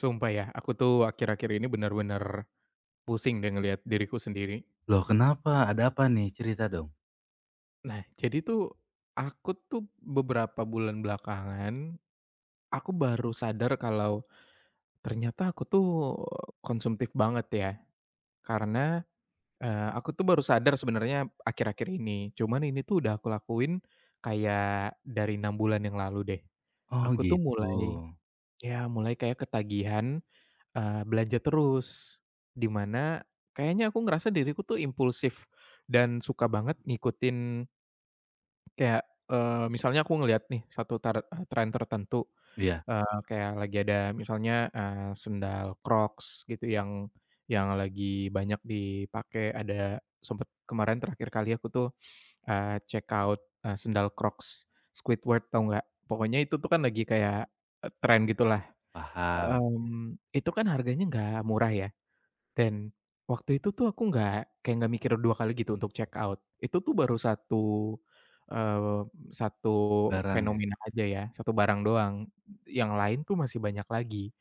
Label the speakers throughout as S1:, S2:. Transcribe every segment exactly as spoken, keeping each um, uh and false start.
S1: Sumpah ya, aku tuh akhir-akhir ini benar-benar pusing deh ngelihat diriku sendiri.
S2: Loh kenapa? Ada apa nih? Cerita dong.
S1: Nah, jadi tuh aku tuh beberapa bulan belakangan, aku baru sadar kalau ternyata aku tuh konsumtif banget ya. Karena, eee, aku tuh baru sadar sebenarnya akhir-akhir ini. Cuman ini tuh udah aku lakuin kayak dari enam bulan yang lalu deh.
S2: Oh
S1: Aku tuh
S2: gitu.
S1: mulai, ya, mulai kayak ketagihan Eee, belanja terus, di mana kayaknya aku ngerasa diriku tuh impulsif dan suka banget ngikutin kayak, eee, misalnya aku ngelihat nih satu tar eee, tren tertentu,
S2: Iya,
S1: eee, kayak lagi ada misalnya, eee, sendal Crocs gitu yang yang lagi banyak dipakai, ada sempet kemarin terakhir kali aku tuh, eee, check out, eee, sendal Crocs Squidward tahu nggak? Pokoknya itu tuh kan lagi kayak, eee, tren gitulah,
S2: paham.
S1: mmm, itu kan harganya nggak murah ya, dan waktu itu tuh aku nggak, kayak, nggak mikir dua kali gitu untuk check out. Itu tuh baru satu eee, satu
S2: Barang ya?
S1: fenomena aja ya, satu barang doang, yang lain tuh masih banyak lagi.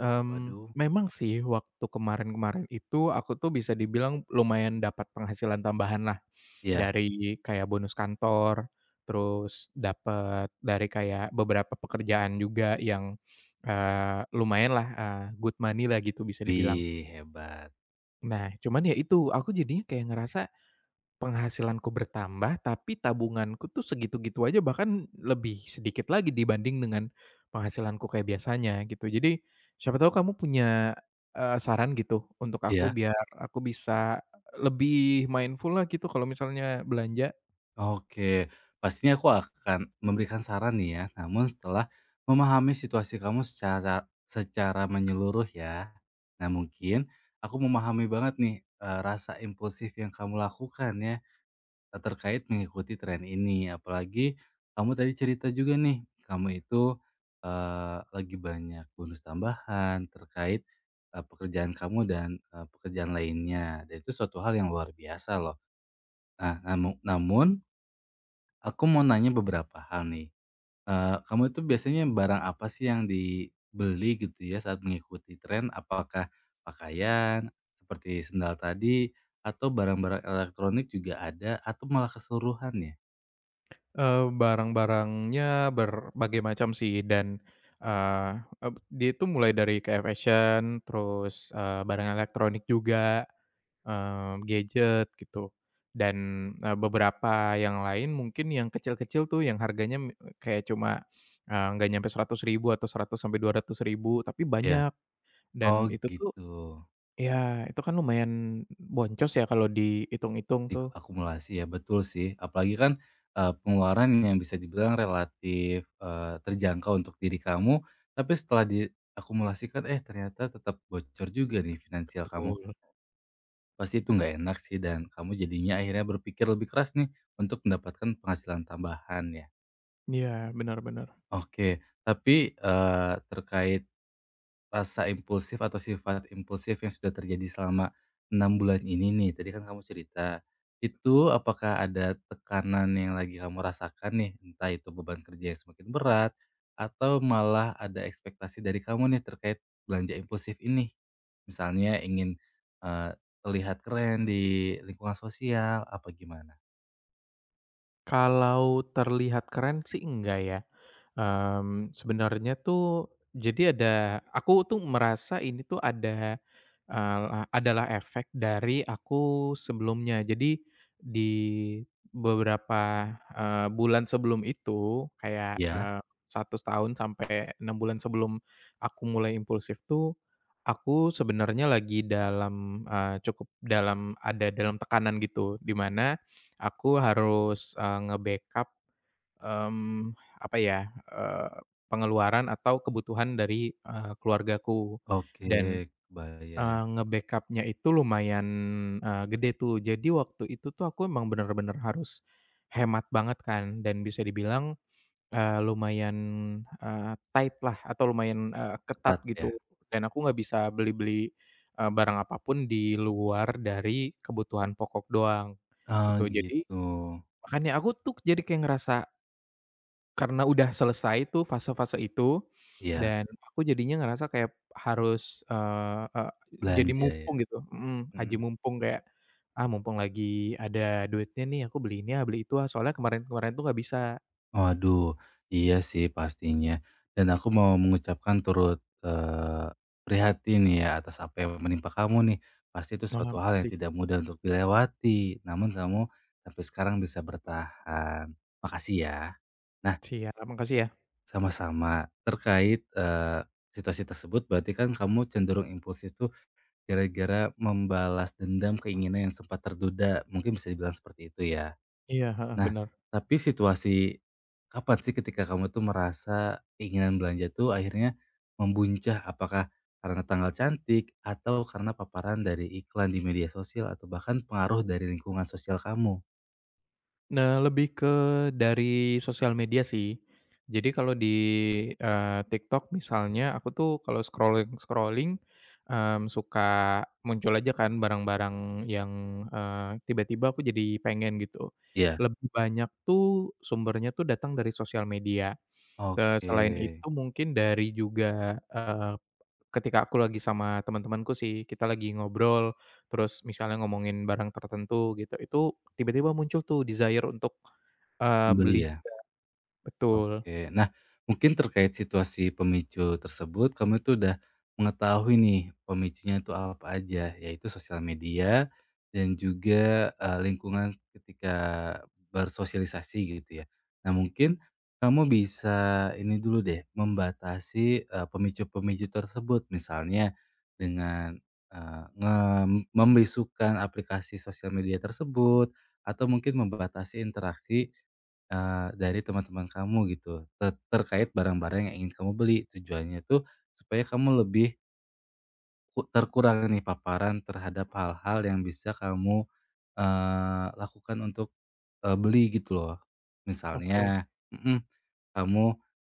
S1: Mmm,
S2: Waduh.
S1: memang sih waktu kemarin-kemarin itu aku tuh bisa dibilang lumayan dapat penghasilan tambahan lah
S2: Iya.
S1: dari kayak bonus kantor, terus dapat dari kayak beberapa pekerjaan juga yang, eee, lumayanlah, eee, good money-lah gitu bisa dibilang.
S2: Wih, hebat.
S1: Nah, cuman ya itu, aku jadinya kayak ngerasa penghasilanku bertambah, tapi tabunganku tuh segitu-gitu aja, bahkan lebih sedikit lagi dibanding dengan penghasilanku kayak biasanya, gitu. Jadi, siapa tahu kamu punya, eee, saran gitu untuk aku
S2: Iya?
S1: biar aku bisa lebih mindful lah gitu kalau misalnya belanja,
S2: Oke. Pastinya aku akan memberikan saran nih ya, namun setelah memahami situasi kamu secara secara menyeluruh ya. Nah mungkin, aku memahami banget nih, eee, rasa impulsif yang kamu lakukan ya. Terkait mengikuti tren ini, apalagi kamu tadi cerita juga nih, kamu itu, eee, lagi banyak bonus tambahan terkait, eee, pekerjaan kamu dan, eee, pekerjaan lainnya, dan itu suatu hal yang luar biasa loh. Nah, namu namun aku mau nanya beberapa hal nih, eee, kamu itu biasanya barang apa sih yang dibeli gitu ya saat mengikuti tren? Apakah pakaian seperti sendal tadi, atau barang-barang elektronik juga ada, atau malah keseluruhan
S1: eee, barang-barangnya berbagai macam sih dan, eee, eb dia itu mulai dari kayak fashion, terus, eee, barang elektronik juga, Eee, gadget gitu. Dan, eee, beberapa yang lain mungkin yang kecil-kecil tuh yang harganya me kayak cuma, eee, nggak nyampe rp ribu ribu atau seratus sampai dua ratus ribu tapi
S2: ya?
S1: banyak, dan
S2: Oh
S1: itu tuh,
S2: gitu,
S1: ya, itu kan lumayan boncos ya kalau dihitung-hitung tuh.
S2: diakumulasi ya, betul sih. Apalagi kan, eee, pengeluaran yang bisa dibilang relatif, eee, terjangkau untuk diri kamu, tapi setelah diakumulasikan, eh ternyata tetap bocor juga nih finansial kamu.
S1: Betul.
S2: Pasti itu nggak enak sih dan kamu jadinya akhirnya berpikir lebih keras nih untuk mendapatkan penghasilan tambahan ya.
S1: Iya, benar-benar.
S2: Oke, tapi, eee, terkait rasa impulsif atau sifat impulsif yang sudah terjadi selama enam bulan ini nih, tadi kan kamu cerita. Itu apakah ada tekanan yang lagi kamu rasakan nih? Entah itu beban kerja yang semakin berat, atau malah ada ekspektasi dari kamu nih terkait belanja impulsif ini? Misalnya ingin, eee, terlihat keren di lingkungan sosial, apa gimana?
S1: Kalau terlihat keren sih enggak ya, mmm, sebenarnya tuh jadi ada, aku tuh merasa ini tuh ada, eee, adalah efek dari aku sebelumnya. Jadi di beberapa, eee, bulan sebelum itu kayak,
S2: Ya,
S1: eee, satu tahun sampai enam bulan sebelum aku mulai impulsif tuh, aku sebenarnya lagi dalam, eee, cukup dalam, ada dalam tekanan gitu, di mana aku harus, eee, nge-backup, mmm, apa ya, eee, pengeluaran atau kebutuhan dari, eee, keluargaku,
S2: oke,
S1: dan,
S2: kebayang.
S1: eee, nge backup itu lumayan, eee, gede tuh. Jadi waktu itu tuh aku emang bener-bener harus hemat banget kan, dan bisa dibilang, eee, lumayan, eee, tight lah, atau lumayan, eee, ketat
S2: Ketat ya?
S1: gitu, dan aku nggak bisa beli-beli, eee, barang apapun di luar dari kebutuhan pokok doang,
S2: Ah
S1: gitu. Jadi,
S2: gitu.
S1: makanya aku tuh jadi kayak ngerasa karena udah selesai tuh fase-fase itu,
S2: Iya,
S1: dan aku jadinya ngerasa kayak harus, eee eee, jadi
S2: belanja ya?
S1: mumpung gitu, mhm, aji
S2: Mhm.
S1: mumpung kayak, "Ah, mumpung lagi ada duitnya nih, aku beli ini ah, beli itu ah," soalnya kemarin-kemarin tuh nggak bisa.
S2: Waduh, iya sih pastinya. Dan aku mau mengucapkan turut, eee, prihatin ya atas apa yang menimpa kamu nih. Pasti itu
S1: Oh,
S2: suatu hal yang
S1: makasih.
S2: tidak mudah untuk dilewati, namun kamu sampai sekarang bisa bertahan. Makasih ya. Nah,
S1: Siap, makasih ya.
S2: sama-sama. Terkait, eee, situasi tersebut berarti kan kamu cenderung impulsif itu gara-gara membalas dendam keinginan yang sempat terduda, mungkin bisa dibilang seperti itu ya?
S1: Iya, heeh,
S2: Nah,
S1: bener.
S2: tapi situasi kapan sih ketika kamu tuh merasa keinginan belanja tuh akhirnya membuncah? Apakah karena tanggal cantik atau karena paparan dari iklan di media sosial atau bahkan pengaruh dari lingkungan sosial kamu?
S1: Nah, lebih ke dari sosial media sih. Jadi kalau di, eee, TikTok misalnya, aku tuh kalau scrolling-scrolling, mmm, suka muncul aja kan barang-barang yang, eee, tiba-tiba aku jadi pengen gitu.
S2: Iya,
S1: Lebih banyak tuh sumbernya tuh datang dari sosial media. Eee,
S2: oke.
S1: selain itu mungkin dari juga, eee, ketika aku lagi sama teman-temanku sih, kita lagi ngobrol, terus misalnya ngomongin barang tertentu gitu, itu tiba-tiba muncul tuh desire untuk, Eee,
S2: Membeli
S1: beli
S2: ya?
S1: juga, betul.
S2: Oke. Nah, mungkin terkait situasi pemicu tersebut, kamu itu udah mengetahui nih pemicunya itu apa aja, yaitu sosial media dan juga, eee, lingkungan ketika bersosialisasi gitu ya. Nah, mungkin kamu bisa ini dulu deh, membatasi, eee, pemicu-pemicu tersebut. Misalnya dengan, eee, nge membisukan aplikasi sosial media tersebut, atau mungkin membatasi interaksi Eee, dari teman-teman kamu gitu, te terkait barang-barang yang ingin kamu beli. Tujuannya tuh supaya kamu lebih ku terkurang nih paparan terhadap hal-hal yang bisa kamu, eee, lakukan untuk, eee, beli gitu loh.
S1: Oke.
S2: Misalnya mhm, kamu,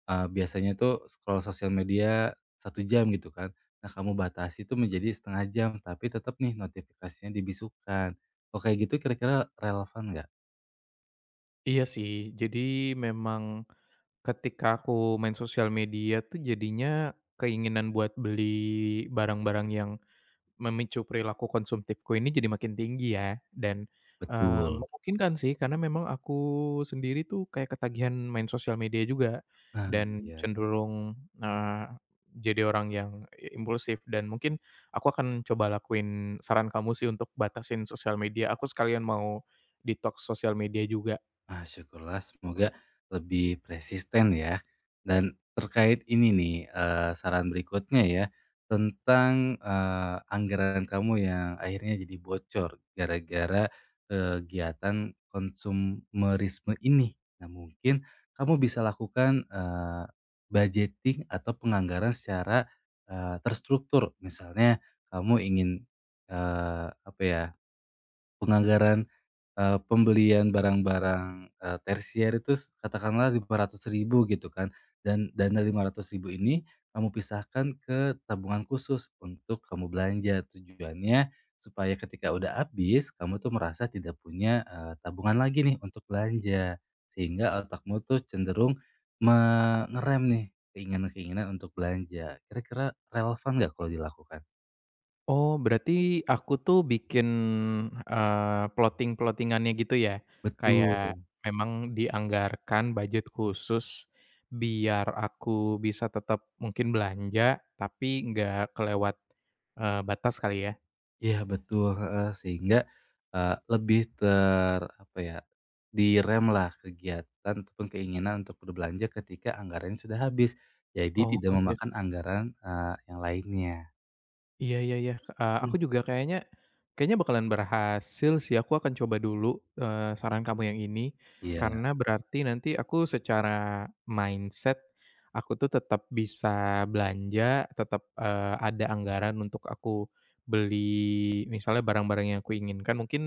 S2: eee, biasanya tuh scroll sosial media satu jam gitu kan. Nah, kamu batasi tuh menjadi setengah jam, tapi tetap nih notifikasinya dibisukan. Oke gitu kira-kira relevan nggak?
S1: Iya sih, jadi memang ketika aku main sosial media tuh jadinya keinginan buat beli barang-barang yang memicu perilaku konsumtifku ini jadi makin tinggi ya, dan, eee,
S2: Betul.
S1: memungkinkan sih karena memang aku sendiri tuh kayak ketagihan main sosial media juga,
S2: Nah,
S1: dan
S2: iya.
S1: cenderung, eee, jadi orang yang i impulsif, dan mungkin aku akan coba lakuin saran kamu sih untuk batasin sosial media, aku sekalian mau detoks sosial media juga.
S2: Ah, syukurlah semoga lebih persisten ya. Dan terkait ini nih, eee, saran berikutnya ya, tentang, eee, anggaran kamu yang akhirnya jadi bocor gara-gara kegiatan konsumerisme ini. Nah, mungkin kamu bisa lakukan, eee, budgeting atau penganggaran secara, eee, terstruktur. Misalnya kamu ingin, eee, apa ya, penganggaran Eee, pembelian barang-barang, eee, tersier itu s katakanlah lima ratus ribu gitu kan, dan dana lima ratus ribu ini kamu pisahkan ke tabungan khusus untuk kamu belanja. Tujuannya supaya ketika udah habis, kamu tuh merasa tidak punya, eee, tabungan lagi nih untuk belanja. Sehingga otakmu tuh cenderung me nih keinginan-keinginan untuk belanja. Kira-kira relevan nggak kalau dilakukan?
S1: Oh, berarti aku tuh bikin, eee, plotting plottingannya gitu ya?
S2: Betul.
S1: Kayak memang dianggarkan budget khusus biar aku bisa tetap mungkin belanja, tapi nggak kelewat, eee, batas kali ya?
S2: Iya betul, heeh, sehingga, eee, lebih ter apa ya, diremlah kegiatan ataupun keinginan untuk berbelanja ketika anggarannya sudah habis, jadi
S1: Oh,
S2: tidak Mhm.
S1: iya.
S2: memakan anggaran, eee, yang lainnya.
S1: Iya, iya, iya, eee, aku
S2: Mhm.
S1: juga kayaknya kayaknya bakalan berhasil sih, aku akan coba dulu, eee, saran kamu yang ini,
S2: Iya,
S1: karena berarti nanti aku secara mindset, aku tuh tetap bisa belanja, tetap, eee, ada anggaran untuk aku beli misalnya barang-barang yang aku inginkan, mungkin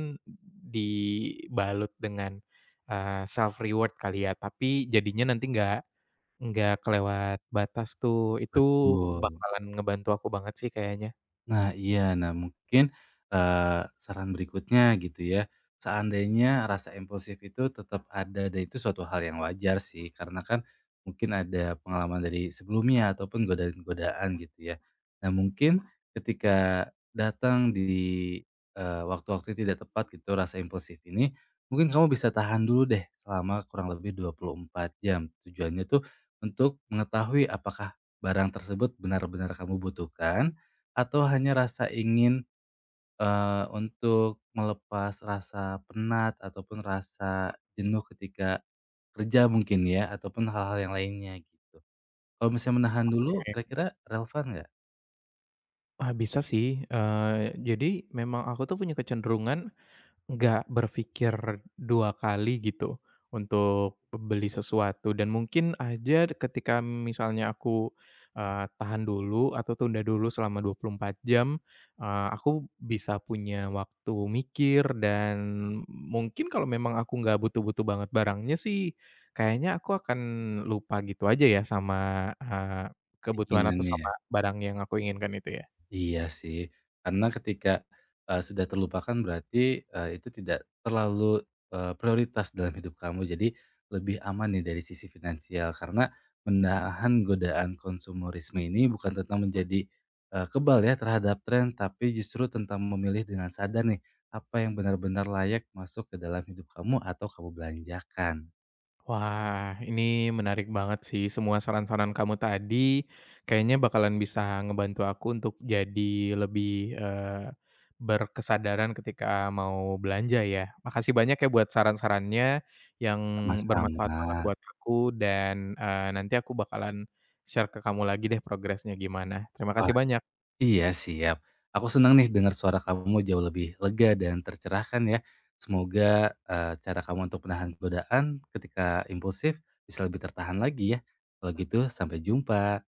S1: dibalut dengan, eee, self reward kali ya, tapi jadinya nanti nggak nggak kelewat batas tuh, itu
S2: betul.
S1: bakalan ngebantu aku banget sih kayaknya.
S2: Nah iya, nah mungkin, eee, saran berikutnya gitu ya, seandainya rasa impulsif itu tetap ada dan itu suatu hal yang wajar sih, karena kan mungkin ada pengalaman dari sebelumnya ataupun godaan-godaan gitu ya. Nah mungkin ketika datang di, eee, waktu-waktu yang tidak tepat gitu rasa impulsif ini, mungkin kamu bisa tahan dulu deh selama kurang lebih dua puluh empat jam. Tujuannya tuh untuk mengetahui apakah barang tersebut benar-benar kamu butuhkan atau hanya rasa ingin, eee, untuk melepas rasa penat ataupun rasa jenuh ketika kerja mungkin ya, ataupun hal-hal yang lainnya gitu. Kalau misalnya menahan dulu kira-kira relevan nggak
S1: Ah, bisa sih, eee, jadi memang aku tuh punya kecenderungan nggak berpikir dua kali gitu untuk beli sesuatu, dan mungkin aja ketika misalnya aku, eee, tahan dulu atau tunda dulu selama dua puluh empat jam, eee, aku bisa punya waktu mikir, dan mungkin kalau memang aku nggak butuh-butuh banget barangnya sih, kayaknya aku akan lupa gitu aja ya sama, eee, kebutuhan atau
S2: keinginannya?
S1: sama barang yang aku inginkan itu ya?
S2: Iya sih, karena ketika, eee, sudah terlupakan berarti, eee, itu tidak terlalu, eee, prioritas dalam hidup kamu. Jadi lebih aman nih dari sisi finansial karena menahan godaan konsumerisme ini bukan tentang menjadi, eee, kebal ya terhadap tren, tapi justru tentang memilih dengan sadar nih, apa yang benar-benar layak masuk ke dalam hidup kamu atau kamu belanjakan.
S1: Wah, ini menarik banget sih semua saran-saran kamu tadi, kayaknya bakalan bisa ngebantu aku untuk jadi lebih, eee, berkesadaran ketika mau belanja ya. Makasih banyak ya buat saran-sarannya yang bermanfaat
S2: Sama-sama.
S1: banget buat aku, dan, eee, nanti aku bakalan share ke kamu lagi deh progresnya gimana. Terima kasih banyak.
S2: Iya, siap. Aku senang nih dengar suara kamu jauh lebih lega dan tercerahkan ya. Semoga eh, cara kamu untuk menahan godaan ketika impulsif bisa lebih tertahan lagi ya. Kalau gitu, sampai jumpa.